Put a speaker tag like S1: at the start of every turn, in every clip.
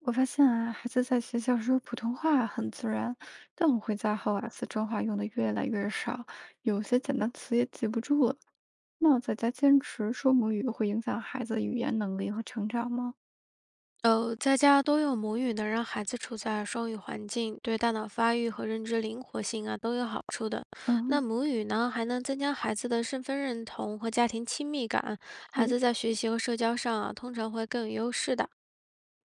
S1: 我发现啊，孩子在学校说普通话很自然，但我回家后啊，四川话用的越来越少，有些简单词也记不住了。那我在家坚持说母语会影响孩子语言能力和成长吗？
S2: 在家多用母语能让孩子处在双语环境，对大脑发育和认知灵活性啊都有好处的。那
S1: 嗯，
S2: 母语呢，还能增加孩子的身份认同和家庭亲密感，孩
S1: 是。
S2: 子在学习和社交上啊，通常会更有优势的。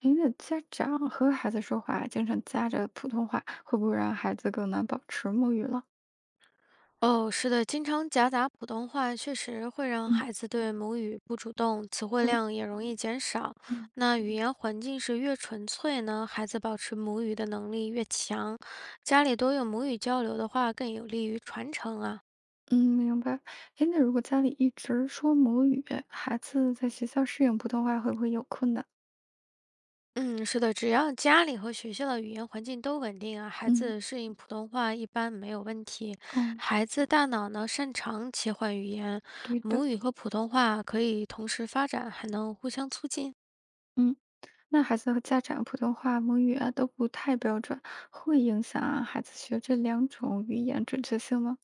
S1: 哎，那家长和孩子说话经常夹着普通话，会不会让孩子更难保持母语了？
S2: 哦，是的，经常夹杂普通话，确实会让
S1: 嗯，
S2: 孩子对母语不主动，词汇
S1: 对，
S2: 量也容易减少。
S1: 嗯
S2: 那语言环境是越纯粹呢，孩子保持母语的能力越强。家里多用母语交流的话，更有利于传承啊。
S1: 嗯，明白。哎，那如果家里一直说母语，孩子在学校适应普通话会不会有困难？
S2: 嗯，是的，只要家里和学校的语言环境都稳定啊，孩
S1: 嗯，
S2: 子适应普通话一般没有问题。
S1: 哦，
S2: 孩子大脑呢擅长切换语言，
S1: 对的。
S2: 母语和普通话可以同时发展，还能互相促进。
S1: 嗯，那孩子和家长普通话、母语啊都不太标准，会影响啊孩子学这两种语言准确性吗？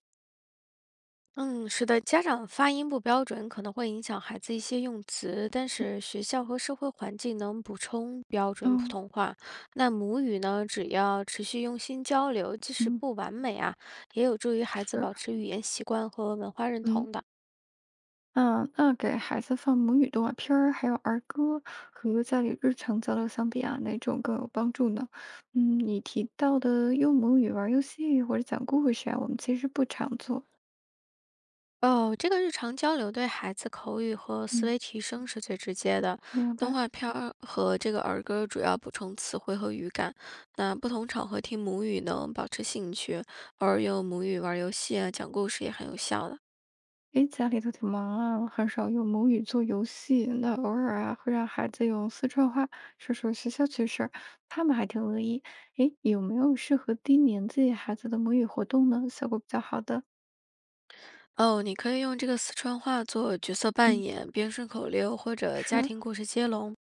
S2: 嗯，是的，家长发音不标准可能会影响孩子一些用词，但是学校和社会环境能补充标准普
S1: 哦，
S2: 通话。那母语呢，只要持续用心交流，即使
S1: 嗯，
S2: 不完美啊，也有助于孩子
S1: 是，
S2: 保持语言习惯和文化认
S1: 嗯
S2: 同的。
S1: 嗯，那给孩子放母语动画片儿，还有儿歌，和家里日常交流相比啊，哪种更有帮助呢？嗯，你提到的用母语玩儿游戏或者讲故事啊，我们其实不常做。
S2: 哦，这个日常交流对孩子口语和思
S1: 嗯，
S2: 维提升是最直接的。
S1: 明
S2: 动
S1: 白。
S2: 画片儿和这个儿歌主要补充词汇和语感。那不同场合听母语能保持兴趣，偶尔用母语玩儿游戏啊、讲故事也很有效的。
S1: 诶，家里都挺忙啊，很少用母语做游戏。那偶尔啊，会让孩子用四川话说说学校趣事儿，他们还挺乐意。诶，有没有适合低年级孩子的母语活动呢？效果比较好的？
S2: 哦，你可以用这个四川话做角色扮
S1: 嗯，
S2: 演、编顺口溜或者家
S1: 是，
S2: 庭故事接龙。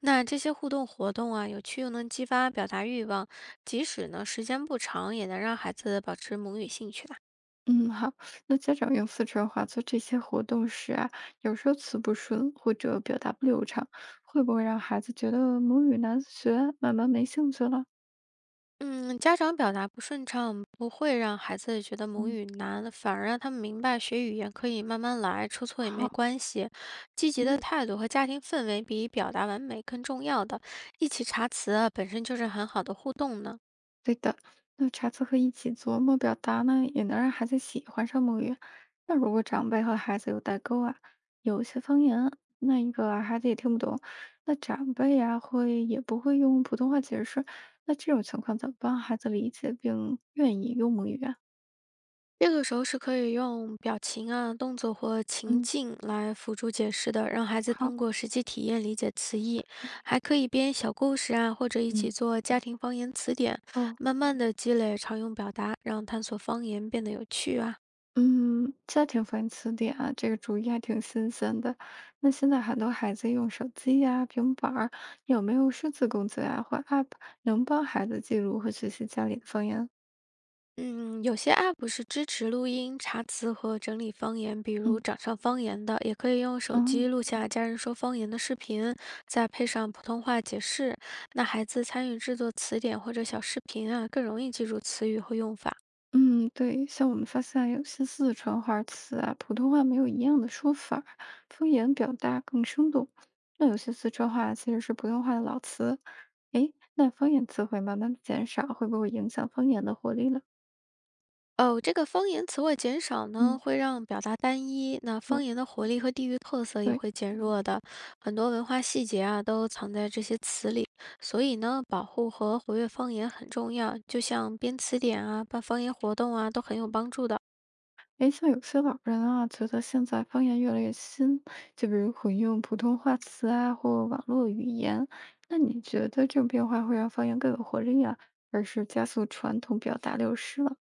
S2: 那这些互动活动啊，有趣又能激发表达欲望，即使呢时间不长，也能让孩子保持母语兴趣的。
S1: 嗯，好。那家长用四川话做这些活动时啊，有时候词不顺或者表达不流畅，会不会让孩子觉得母语难学，慢慢没兴趣了？
S2: 嗯，家长表达不顺畅，不会让孩子觉得母
S1: 嗯，
S2: 语难，反而让他们明白学语言可以慢慢来，出错也没
S1: 好。
S2: 关系。积极的态度和家庭氛围比表达完美更重要的。一起查词啊，本身就是很好的互动呢。
S1: 对的，那查词和一起琢磨表达呢，也能让孩子喜欢上母语。那如果长辈和孩子有代沟啊，有一些方言，那一个啊孩子也听不懂，那长辈呀、会也不会用普通话解释，那这种情况怎么帮孩子理解并愿意用母语啊？
S2: 这个时候是可以用表情啊、动作或情
S1: 嗯，
S2: 境来辅助解释的，让孩子
S1: 好，
S2: 通过实际体验理解词义，还可以编小故事啊，或者一起
S1: 嗯，
S2: 做家庭方言词典，
S1: 哦，
S2: 慢慢的积累常用表达，让探索方言变得有趣啊。
S1: 嗯，家庭翻译词典啊，这个主意还挺新鲜的。那现在很多孩子用手机呀、平板儿，有没有数字工具啊或 App 能帮孩子记录和学习家里的方言？
S2: 嗯，有些 App 是支持录音、查词和整理方言，比如
S1: 嗯
S2: 掌上方言的，也可以用
S1: 哦，
S2: 手机录下家人说方言的视频，再配上普通话解释。那孩子参与制作词典或者小视频啊，更容易记住词语和用法。
S1: 嗯，对，像我们发现有些四川话词啊，普通话没有一样的说法方言表达更生动。那有些四川话其实是普通话的老词，诶，那方言词汇慢慢的减少，会不会影响方言的活力了？
S2: 哦，这个方言词汇减少呢，
S1: 嗯，
S2: 会让表达单一，那
S1: 是，
S2: 方言的活力和地域特色也
S1: 对。
S2: 会减弱的。很多文化细节啊，都藏在这些词里，所以呢，保护和活跃方言很重要。就像编词典啊、办方言活动啊，都很有帮助的。
S1: 诶，像有些老人啊，觉得现在方言越来越新，就比如混用普通话词啊，或网络语言。那你觉得这种变化会让方言更有活力啊，而是加速传统表达流失了？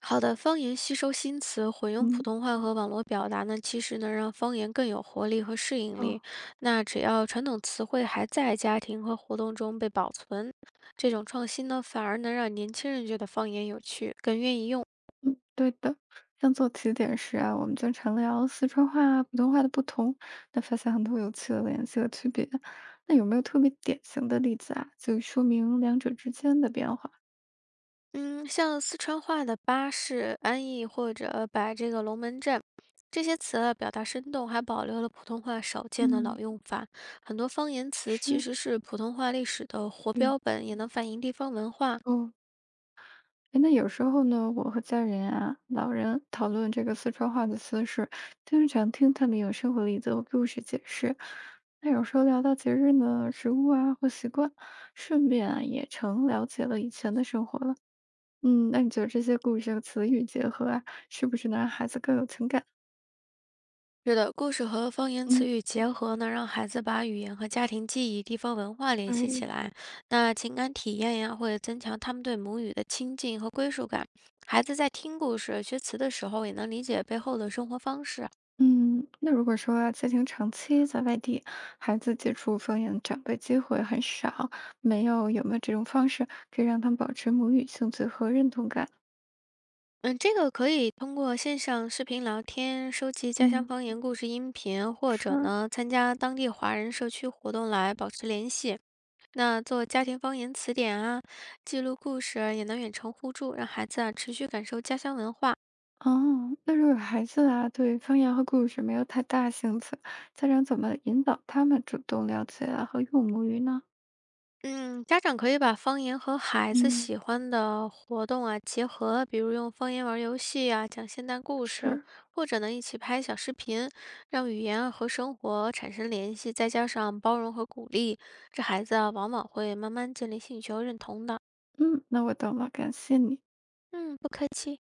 S2: 好的，方言吸收新词，混用普
S1: 嗯，
S2: 通话和网络表达呢，其实能让方言更有活力和适应
S1: 哦，
S2: 力。那只要传统词汇还在家庭和活动中被保存，这种创新呢，反而能让年轻人觉得方言有趣，更愿意用。
S1: 嗯，对的。像做题点时啊，我们经常聊四川话啊、普通话的不同，那发现很多有趣的联系和区别。那有没有特别典型的例子啊，就说明两者之间的变化？
S2: 嗯，像四川话的巴士、安逸或者摆这个龙门阵，这些词啊，表达生动，还保留了普通话少见的老
S1: 嗯，
S2: 用法。很多方言词其
S1: 是，
S2: 实是普通话历史的活
S1: 对。
S2: 标本，也能反映地方文化。
S1: 哦诶那有时候呢，我和家人啊、老人讨论这个四川话的词时，经常听他们用生活例子和故事解释。那有时候聊到节日呢、食物啊或习惯，顺便啊也成了解了以前的生活了。嗯，那你觉得这些故事和词语结合啊，是不是能让孩子更有情感？
S2: 是的，故事和方言
S1: 嗯，
S2: 词语结合呢，让孩子把语言和家庭记忆、地方文化联系
S1: 对。
S2: 起来。那情感体验呀，会增强他们对母语的亲近和归属感。孩子在听故事、学词的时候，也能理解背后的生活方式。
S1: 嗯，那如果说家庭长期在外地，孩子接触方言长辈机会很少，没有有没有这种方式可以让他们保持母语兴趣和认同感？
S2: 嗯，这个可以通过线上视频聊天、收集家乡
S1: 嗯，
S2: 方言故事音频，或者
S1: 是
S2: 呢参加当地华人社区活动来保持联系。那做家庭方言词典啊，记录故事也能远程互助，让孩子啊持续感受家乡文化。
S1: 哦，那如果孩子啊对方言和故事没有太大兴趣，家长怎么引导他们主动了解啊和用母语呢？
S2: 嗯，家长可以把方言和孩子
S1: 嗯，
S2: 喜欢的活动啊结合，比如用方言玩游戏啊，讲现代故事，
S1: 是，
S2: 或者呢一起拍小视频，让语言啊和生活产生联系，再加上包容和鼓励，这孩子啊往往会慢慢建立兴趣和认同的。
S1: 嗯，那我懂了，感谢你。
S2: 嗯，不客气。